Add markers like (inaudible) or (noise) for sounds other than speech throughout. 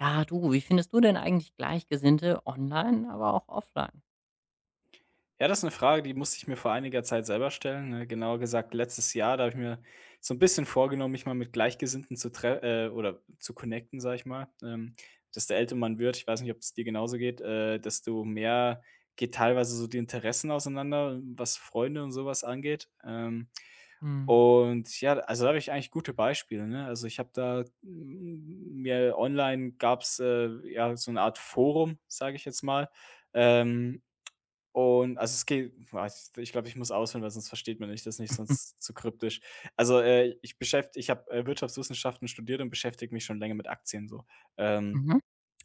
Ja, du, wie findest du denn eigentlich Gleichgesinnte online, aber auch offline? Ja, das ist eine Frage, die musste ich mir vor einiger Zeit selber stellen, ne? Genauer gesagt letztes Jahr, da habe ich mir so ein bisschen vorgenommen, mich mal mit Gleichgesinnten zu tre oder zu connecten, sage ich mal. Dass der älter man wird, ich weiß nicht, ob es dir genauso geht, desto mehr geht teilweise so die Interessen auseinander, was Freunde und sowas angeht. Mhm. Und ja, also, da habe ich eigentlich gute Beispiele, ne? Also, ich habe da m mir online gab's, ja, so eine Art Forum, sage ich jetzt mal, ähm, und also, es geht boah, ich glaube, ich muss ausholen, weil sonst versteht man nicht das nicht, (laughs) sonst zu kryptisch. Also, ich beschäft ich habe, Wirtschaftswissenschaften studiert und beschäftige mich schon länger mit Aktien so. Ähm Mhm.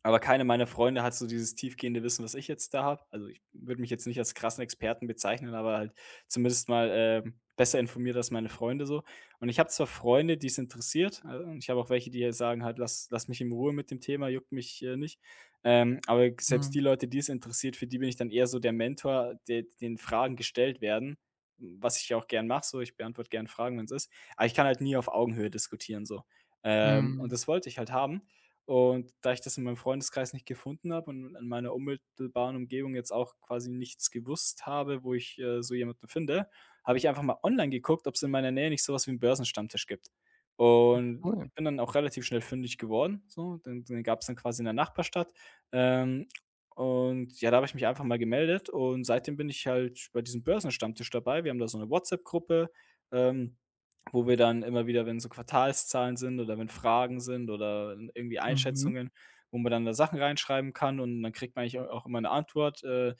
aber keine meiner Freunde hat so dieses tiefgehende Wissen, was ich jetzt da habe. Also, ich würde mich jetzt nicht als krassen Experten bezeichnen, aber halt zumindest mal, besser informiert als meine Freunde so. Und ich habe zwar Freunde, die es interessiert, und ich habe auch welche, die halt sagen halt: „Lass mich in Ruhe mit dem Thema, juckt mich, nicht.“ aber selbst die Mhm. Leute, die es interessiert, für die bin ich dann eher so der Mentor, de den Fragen gestellt werden, was ich ja auch gern mache so. Ich beantworte gern Fragen, wenn es ist. Aber ich kann halt nie auf Augenhöhe diskutieren so. Und Mhm. das wollte ich halt haben. Und da ich das in meinem Freundeskreis nicht gefunden habe und in meiner unmittelbaren Umgebung jetzt auch quasi nichts gewusst habe, wo ich, so jemanden finde, habe ich einfach mal online geguckt, ob es in meiner Nähe nicht sowas wie 'n Börsenstammtisch gibt. Und Cool. ich bin dann auch relativ schnell fündig geworden, so. Den gab es dann quasi in der Nachbarstadt. Ähm, und ja, da habe ich mich einfach mal gemeldet und seitdem bin ich halt bei diesem Börsenstammtisch dabei. Wir haben da so eine WhatsApp-Gruppe, ähm wo wir dann immer wieder, wenn so Quartalszahlen sind oder wenn Fragen sind oder irgendwie Mhm. Einschätzungen, wo man dann da Sachen reinschreiben kann und dann kriegt man eigentlich au auch immer eine Antwort.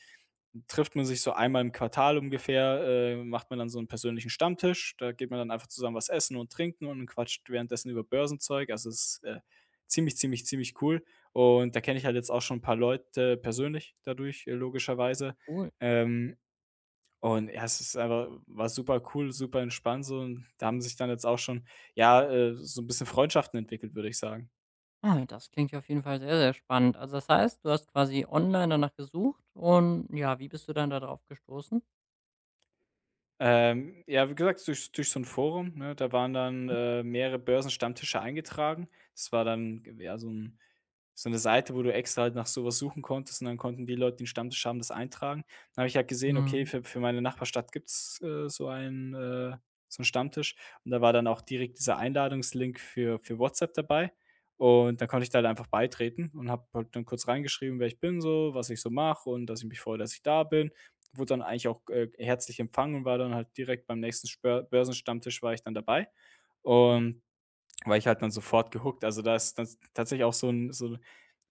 Trifft man sich so einmal im Quartal ungefähr, macht man dann so einen persönlichen Stammtisch. Da geht man dann einfach zusammen was essen und trinken und quatscht währenddessen über Börsenzeug. Also, es ist, ziemlich, ziemlich, ziemlich cool. Und da kenne ich halt jetzt auch schon ein paar Leute persönlich dadurch, logischerweise. Cool. Ähm, und ja, es ist einfach war super cool, super entspannt so und da haben sich dann jetzt auch schon, ja, so ein bisschen Freundschaften entwickelt, würde ich sagen. Ah, das klingt ja auf jeden Fall sehr, sehr spannend. Also das heißt, du hast quasi online danach gesucht und ja, wie bist du dann da drauf gestoßen? Ja, wie gesagt, durch so ein Forum, ne? Da waren dann, mehrere Börsenstammtische eingetragen. Das war dann, ja, so 'ne Seite, wo du extra halt nach sowas suchen konntest und dann konnten die Leute, die 'n Stammtisch haben, das eintragen. Dann habe ich halt gesehen, okay, Mhm. für meine Nachbarstadt gibt's, so einen Stammtisch und da war dann auch direkt dieser Einladungslink für WhatsApp dabei und dann konnte ich da halt einfach beitreten und habe halt dann kurz reingeschrieben, wer ich bin so, was ich so mache und dass ich mich freue, dass ich da bin. Wurde dann eigentlich auch, herzlich empfangen und war dann halt direkt beim nächsten Spör Börsenstammtisch war ich dann dabei. Schön. Und war ich halt dann sofort gehookt. Also, da ist das tatsächlich auch so ein so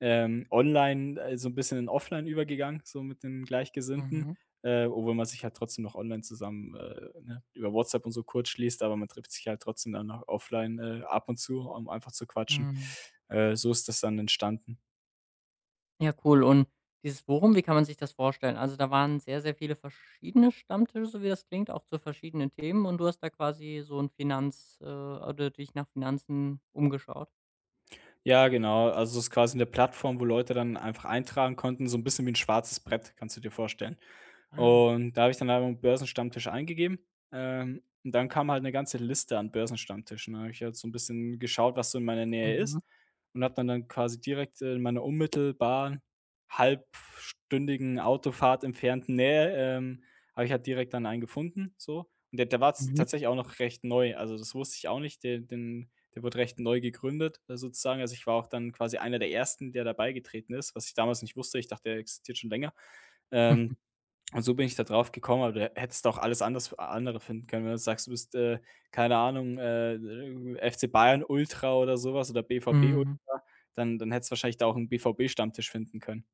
ähm, online so ein bisschen in offline übergegangen, so mit den Gleichgesinnten, Mhm. Obwohl man sich halt trotzdem noch online zusammen, ne, über WhatsApp und so kurz schließt, aber man trifft sich halt trotzdem dann noch offline, ab und zu, um einfach zu quatschen. Mhm. So ist das dann entstanden. Ja, cool. Und dieses Forum, wie kann man sich das vorstellen? Also, da waren sehr, sehr viele verschiedene Stammtische, so wie das klingt, auch zu verschiedenen Themen und du hast da quasi so ein Finanz oder dich nach Finanzen umgeschaut? Ja, genau. Also, es ist quasi eine Plattform, wo Leute dann einfach eintragen konnten, so ein bisschen wie ein schwarzes Brett, kannst du dir vorstellen. Ah, Und da habe ich dann einfach Börsenstammtisch eingegeben, und dann kam halt eine ganze Liste an Börsenstammtischen. Da habe ich halt so ein bisschen geschaut, was so in meiner Nähe ist mhm, und habe dann quasi direkt in meiner unmittelbaren, halbstündigen Autofahrt entfernten Nähe, habe ich halt direkt dann einen gefunden, so. Und der war z mhm, tatsächlich auch noch recht neu. Also, das wusste ich auch nicht. Der wurde recht neu gegründet, sozusagen. Also, ich war auch dann quasi einer der Ersten, der dabei getreten ist, was ich damals nicht wusste. Ich dachte, der existiert schon länger. Ähm (laughs) und so bin ich da drauf gekommen, aber du hättest auch alles anders andere finden können, wenn du sagst, du bist, keine Ahnung, FC Bayern Ultra oder so was oder BVB mhm. Ultra, dann hättest du wahrscheinlich da auch 'n BVB-Stammtisch finden können.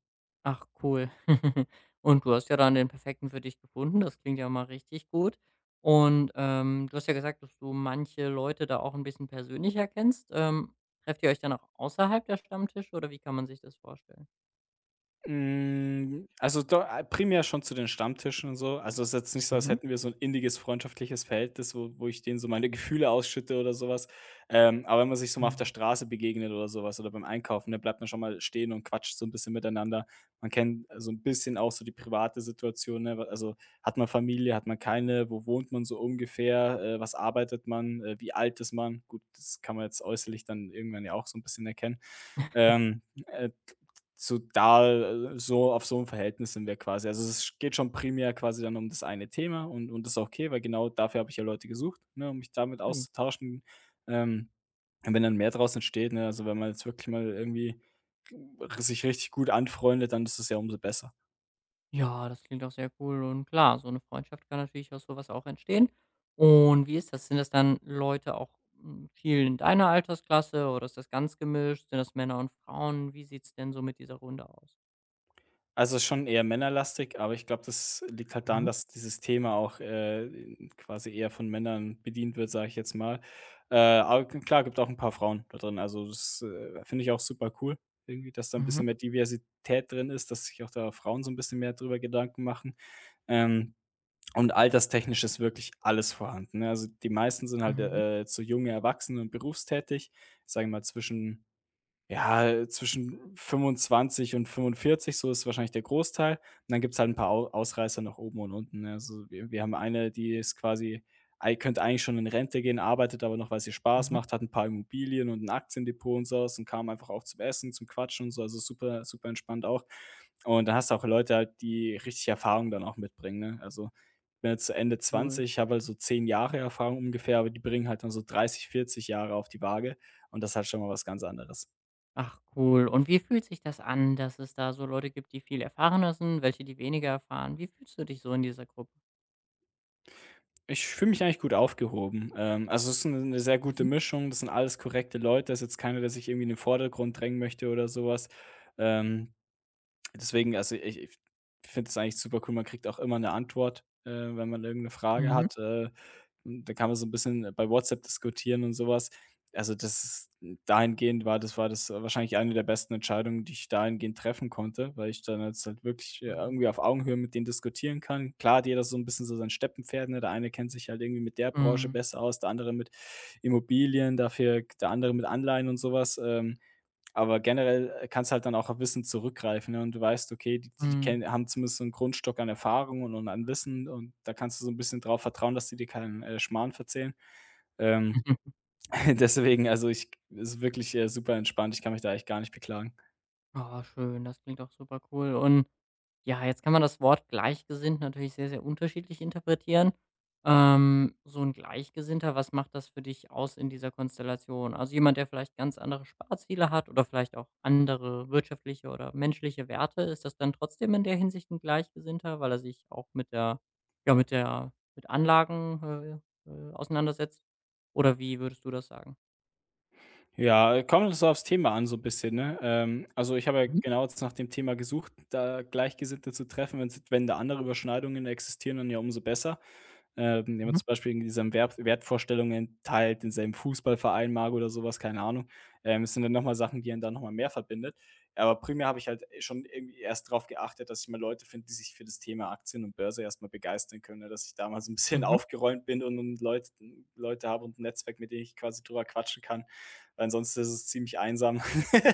Ach, cool. (laughs) Und du hast ja dann den perfekten für dich gefunden. Das klingt ja mal richtig gut. Und, du hast ja gesagt, dass du manche Leute da auch ein bisschen persönlicher kennst. Trefft ihr euch dann auch außerhalb der Stammtische oder wie kann man sich das vorstellen? Hm, also do primär schon zu den Stammtischen und so. Also, es ist jetzt nicht so, als Mhm, hätten wir so ein inniges freundschaftliches Verhältnis, wo ich denen so meine Gefühle ausschütte oder sowas. Aber wenn man sich so mal auf der mhm, Straße begegnet oder sowas oder beim Einkaufen, dann bleibt man schon mal stehen und quatscht so ein bisschen miteinander. Man kennt so ein bisschen auch so die private Situation, ne? W Also, hat man Familie, hat man keine, wo wohnt man so ungefähr, was arbeitet man, wie alt ist man? Gut, das kann man jetzt äußerlich dann irgendwann ja auch so ein bisschen erkennen. Ähm, äh, so da so auf so ein Verhältnis sind wir quasi. Also, es geht schon primär quasi dann um das eine Thema und das ist auch okay, weil genau dafür habe ich ja Leute gesucht, ne, um mich damit schön. auszutauschen. Ähm, und wenn dann mehr draus entsteht, ne, also wenn man jetzt wirklich mal irgendwie r sich richtig gut anfreundet, dann ist es ja umso besser. Ja, das klingt auch sehr cool und klar, so eine Freundschaft kann natürlich aus so was auch entstehen. Und wie ist das? Sind das dann Leute auch, hm, viel in deiner Altersklasse oder ist das ganz gemischt? Sind das Männer und Frauen? Wie sieht's denn so mit dieser Runde aus? Also, schon eher männerlastig, aber ich glaube, das liegt halt daran, Mhm, dass dieses Thema auch, quasi eher von Männern bedient wird, sage ich jetzt mal. Aber k klar, gibt auch ein paar Frauen da drin. Also, das, finde ich auch super cool irgendwie, dass da ein mhm, bisschen mehr Diversität drin ist, dass sich auch da Frauen so ein bisschen mehr drüber Gedanken machen. Ähm, und alterstechnisch ist wirklich alles vorhanden, ne? Also, die meisten sind halt, mhm, jetzt so junge Erwachsene und berufstätig, sagen wir mal zwischen ja, zwischen 25 und 45 so ist wahrscheinlich der Großteil. Und dann gibt's halt 'n paar Au Ausreißer nach oben und unten, ne? Also, wir haben eine, die ist quasi ei könnte eigentlich schon in Rente gehen, arbeitet aber noch, weil's ihr Spaß mhm. macht, hat 'n paar Immobilien und 'n Aktiendepot und so was und kam einfach auch zum Essen, zum Quatschen und so, also super super entspannt auch. Und dann hast du auch Leute halt, die richtig Erfahrung dann auch mitbringen, ne? Also, ich bin jetzt so Ende Cool. zwanzig, habe halt so 10 Jahre Erfahrung ungefähr, aber die bringen halt dann so 30, 40 Jahre auf die Waage und das ist halt schon mal was ganz anderes. Ach, cool. Und wie fühlt sich das an, dass es da so Leute gibt, die viel erfahrener sind, welche, die weniger erfahren? Wie fühlst du dich so in dieser Gruppe? Ich fühle mich eigentlich gut aufgehoben. Also, es ist eine 'ne sehr gute Mhm, Mischung. Das sind alles korrekte Leute. Da ist jetzt keiner, der sich irgendwie in den Vordergrund drängen möchte oder sowas. Ähm, Deswegen, ich finde es eigentlich super cool, man kriegt auch immer eine Antwort, wenn man irgendeine Frage mhm. hat. Und da kann man so ein bisschen bei WhatsApp diskutieren und sowas. Also, das ist dahingehend war das wahrscheinlich eine der besten Entscheidungen, die ich dahingehend treffen konnte, weil ich dann jetzt halt wirklich, Mhm. irgendwie auf Augenhöhe mit denen diskutieren kann. Klar hat jeder so ein bisschen so sein Steppenpferd, ne? Der eine kennt sich halt irgendwie mit der Branche Mhm, besser aus, der andere mit Immobilien, dafür der andere mit Anleihen und sowas. Aber generell kannst halt dann auch auf Wissen zurückgreifen, ne? Und du weißt, okay, die die mhm. kennen haben zumindest so einen Grundstock an Erfahrung und an Wissen und da kannst du so ein bisschen drauf vertrauen, dass die dir keinen, Schmarrn verzählen. Ähm, (laughs) (laughs) deswegen, also, ich ist wirklich, super entspannt. Ich kann mich da echt gar nicht beklagen. Ah, schön, das klingt auch super cool. Und ja, jetzt kann man das Wort gleichgesinnt natürlich sehr, sehr unterschiedlich interpretieren. So ein Gleichgesinnter, was macht das für dich aus in dieser Konstellation? Also jemand, der vielleicht ganz andere Sparziele hat oder vielleicht auch andere wirtschaftliche oder menschliche Werte, ist das dann trotzdem in der Hinsicht ein Gleichgesinnter, weil er sich auch mit der ja, mit Anlagen, auseinandersetzt? Oder wie würdest du das sagen? Ja, kommt so aufs Thema an, so 'n bisschen, ne? Also, ich habe ja Mhm, genau jetzt nach dem Thema gesucht, da Gleichgesinnte zu treffen. Wenn da andere Überschneidungen existieren, dann ja umso besser. Wenn man mhm, zum Beispiel in diesem Wertvorstellungen teilt, denselben Fußballverein mag oder sowas keine Ahnung. Es sind dann noch mal Sachen, die einen da noch mal mehr verbindet. Aber primär habe ich halt schon irgendwie erst drauf geachtet, dass ich mal Leute finde, die sich für das Thema Aktien und Börse erst mal begeistern können, ne? Dass ich damals ein bisschen (laughs) mhm, mhm. aufgeräumt bin und Leute habe und ein Netzwerk, mit dem ich quasi drüber quatschen kann, weil ansonsten ist es ziemlich einsam, (laughs)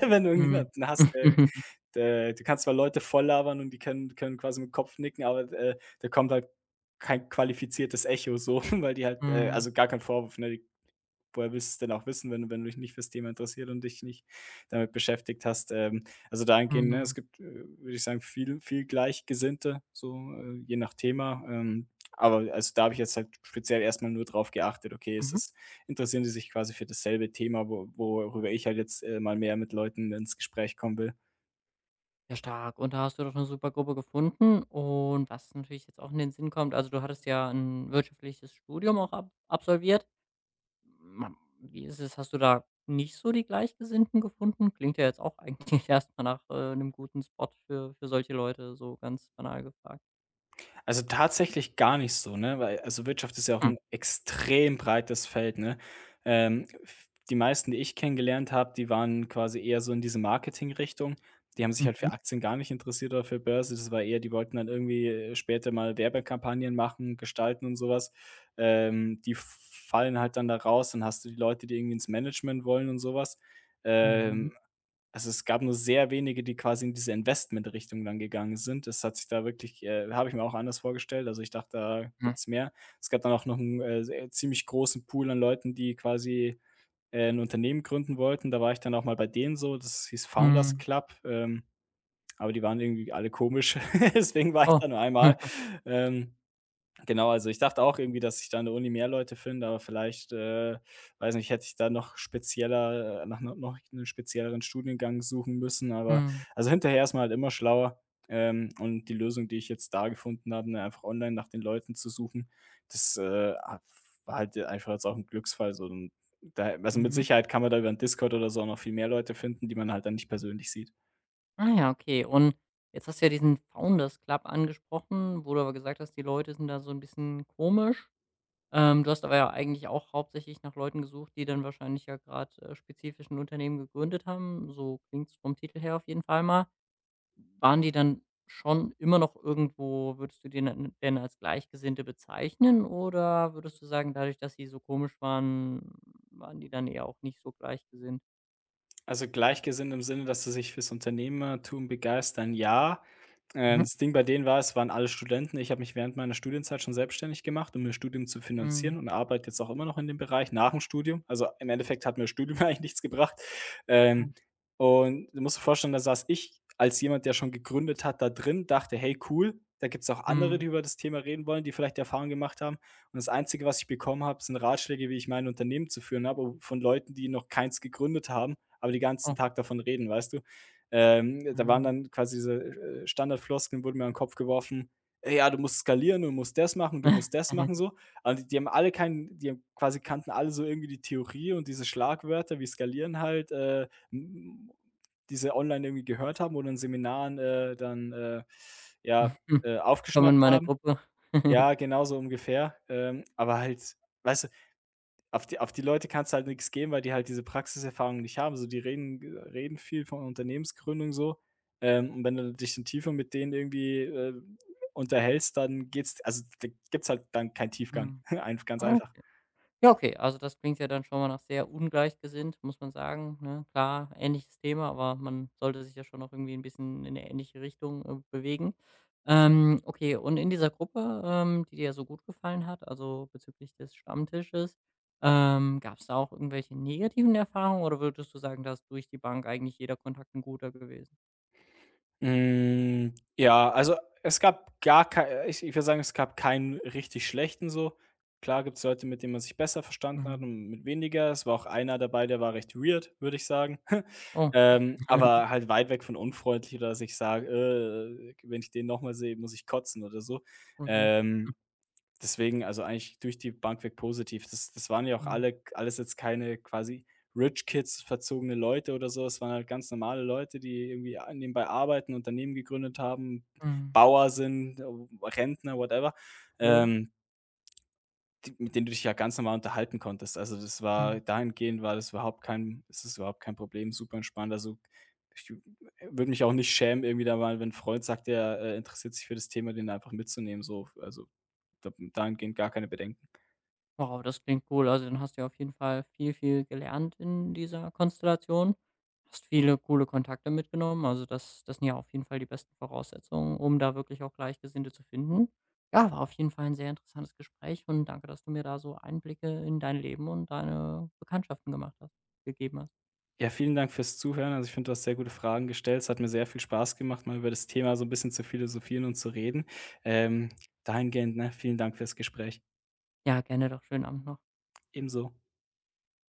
wenn du Mhm. irgendjemanden hast, der (laughs) du kannst zwar Leute volllabern und die können quasi mit'm Kopf nicken, aber, da kommt halt kein qualifiziertes Echo so, (laughs) weil die halt Mhm. also gar kein Vorwurf, ne? Die woher willst du's denn auch wissen, wenn du dich nicht fürs Thema interessiert und dich nicht damit beschäftigt hast? Also dahingehend, ne, es Mhm. gibt, würde ich sagen, viel Gleichgesinnte, so, je nach Thema. Aber also da habe ich jetzt halt speziell erstmal nur drauf geachtet, okay, es Mhm. ist interessieren sie sich quasi für dasselbe Thema, wo worüber ich halt jetzt, mal mehr mit Leuten ins Gespräch kommen will. Ja, stark. Und da hast du doch eine super Gruppe gefunden. Und was natürlich jetzt auch in den Sinn kommt, also, du hattest ja ein wirtschaftliches Studium auch ab absolviert. Ma Wie ist es? Hast du da nicht so die Gleichgesinnten gefunden? Klingt ja jetzt auch eigentlich (laughs) erstmal nach, 'nem guten Spot für solche Leute, so ganz banal gefragt. Also, tatsächlich gar nicht so, ne? Weil also, Wirtschaft ist ja auch Hm. ein extrem breites Feld, ne? V Die meisten, die ich kennengelernt habe, die waren quasi eher so in diese Marketing-Richtung. Die haben sich halt für Mhm. Aktien gar nicht interessiert oder für Börse. Das war eher die wollten dann irgendwie, später mal Werbekampagnen machen, gestalten und sowas. Die fallen halt dann da raus. Dann hast du die Leute, die irgendwie ins Management wollen und sowas. Mhm. Ähm, also, es gab nur sehr wenige, die quasi in diese Investment-Richtung dann gegangen sind. Das hat sich da wirklich habe ich mir auch anders vorgestellt. Also, ich dachte, da Hm. gibt's mehr. Es gab dann auch noch einen sehr ziemlich großen Pool an Leuten, die quasi, 'n Unternehmen gründen wollten. Da war ich dann auch mal bei denen so, das hieß Founders Mhm. Club, aber die waren irgendwie alle komisch, (laughs) deswegen war ich Oh. da nur einmal. (laughs) Ähm, Genau, also ich dachte auch irgendwie, dass ich da an der Uni mehr Leute finde, aber vielleicht, weiß nicht, hätte ich da noch spezieller nach no noch einen spezielleren Studiengang suchen müssen, aber Mhm. also hinterher ist man halt immer schlauer, und die Lösung, die ich jetzt da gefunden habe, ne, einfach online nach den Leuten zu suchen, das, ha war halt einfach jetzt auch ein Glücksfall, so 'n da also mit Mhm. Sicherheit kann man da über 'n Discord oder so auch noch viel mehr Leute finden, die man halt dann nicht persönlich sieht. Ah ja, okay. Und jetzt hast du ja diesen Founders Club angesprochen, wo du aber gesagt hast, die Leute sind da so ein bisschen komisch. Du hast aber ja eigentlich auch hauptsächlich nach Leuten gesucht, die dann wahrscheinlich ja gerade spezifisch 'n Unternehmen gegründet haben. So klingt es vom Titel her auf jeden Fall mal. Waren die dann schon immer noch irgendwo würdest du die denn als Gleichgesinnte bezeichnen oder würdest du sagen, dadurch, dass sie so komisch waren, waren die dann eher auch nicht so gleichgesinnt? Also, gleichgesinnt im Sinne, dass sie sich fürs Unternehmertum begeistern, ja. Mhm. Das Ding bei denen war, es waren alle Studenten. Ich habe mich während meiner Studienzeit schon selbstständig gemacht, um mir Studium zu finanzieren, Mhm. und arbeite jetzt auch immer noch in dem Bereich nach dem Studium. Also, im Endeffekt hat mir das Studium (laughs) eigentlich nichts gebracht. Ah, Ähm, und du musst dir vorstellen, da saß ich als jemand, der schon gegründet hat, da drin, dachte: „Hey, cool, da gibt es auch andere, mhm. die über das Thema reden wollen, die vielleicht die Erfahrung gemacht haben.“ Und das Einzige, was ich bekommen habe, sind Ratschläge, wie ich mein Unternehmen zu führen habe, von Leuten, die noch keins gegründet haben, aber den ganzen Oh, Tag davon reden, weißt du? Da waren mhm. dann quasi diese, Standardfloskeln wurden mir an den Kopf geworfen: „Ey, ja, du musst skalieren, du musst das machen, du musst das machen“, (laughs) so. Aber die die haben alle keinen, die haben quasi kannten alle so irgendwie die Theorie und diese Schlagwörter wie skalieren halt, m die online irgendwie gehört haben oder in Seminaren, dann, ja, Willkommen in aufgeschnappt meiner haben. Gruppe. (laughs) Ja, genauso ungefähr. Aber halt, weißt du, auf die Leute kannst du halt nichts geben, weil die halt diese Praxiserfahrung nicht haben. So, die reden viel von Unternehmensgründung so, und wenn du dich dann tiefer mit denen irgendwie, unterhältst, dann geht's, also, da gibt's halt dann keinen Tiefgang. (laughs) Mhm. Einf Ganz einfach. Ja, okay, also das klingt ja dann schon mal nach sehr ungleichgesinnt, muss man sagen, ne? Klar, ähnliches Thema, aber man sollte sich ja schon noch irgendwie ein bisschen in 'ne ähnliche Richtung, bewegen. Okay, und in dieser Gruppe, die dir ja so gut gefallen hat, also bezüglich des Stammtisches, gab es da auch irgendwelche negativen Erfahrungen oder würdest du sagen, dass durch die Bank eigentlich jeder Kontakt 'n guter gewesen? Hm, ja, also es gab gar kein, ich würde sagen, es gab keinen richtig schlechten so. Klar gibt es Leute, mit denen man sich besser verstanden hat, Mhm. und mit weniger. Es war auch einer dabei, der war recht weird, würde ich sagen. (laughs) Oh. Aber (laughs) halt weit weg von unfreundlich oder dass ich sage: wenn ich den noch mal sehe, muss ich kotzen“ oder so. Okay. Mhm. Ähm, Deswegen, also eigentlich durch die Bank weg positiv. Das waren ja auch Mhm. Alles jetzt keine quasi Rich Kids, verzogene Leute oder so. Es waren halt ganz normale Leute, die irgendwie a nebenbei arbeiten, Unternehmen gegründet haben, Mhm. Bauer sind, Rentner, whatever. Cool. Ähm Die, mit denen du dich ja ganz normal unterhalten konntest. Also, das war Mhm. dahingehend, war das überhaupt kein ist das überhaupt kein Problem, super entspannt. Also, ich würde mich auch nicht schämen, irgendwie da mal, wenn 'n Freund sagt, der, interessiert sich für das Thema, den einfach mitzunehmen, so. Also, da dahingehend gar keine Bedenken. Wow, das klingt cool. Also, dann hast du ja auf jeden Fall viel, viel gelernt in dieser Konstellation. Hast viele coole Kontakte mitgenommen. Also, das sind ja auf jeden Fall die besten Voraussetzungen, um da wirklich auch Gleichgesinnte zu finden. Ja, war auf jeden Fall ein sehr interessantes Gespräch und danke, dass du mir da so Einblicke in dein Leben und deine Bekanntschaften gemacht hast gegeben hast. Ja, vielen Dank fürs Zuhören. Also, ich finde, du hast sehr gute Fragen gestellt. Es hat mir sehr viel Spaß gemacht, mal über das Thema so ein bisschen zu philosophieren und zu reden. Ähm, dahingehend, ne, vielen Dank fürs Gespräch. Ja, gerne doch. Schönen Abend noch. Ebenso.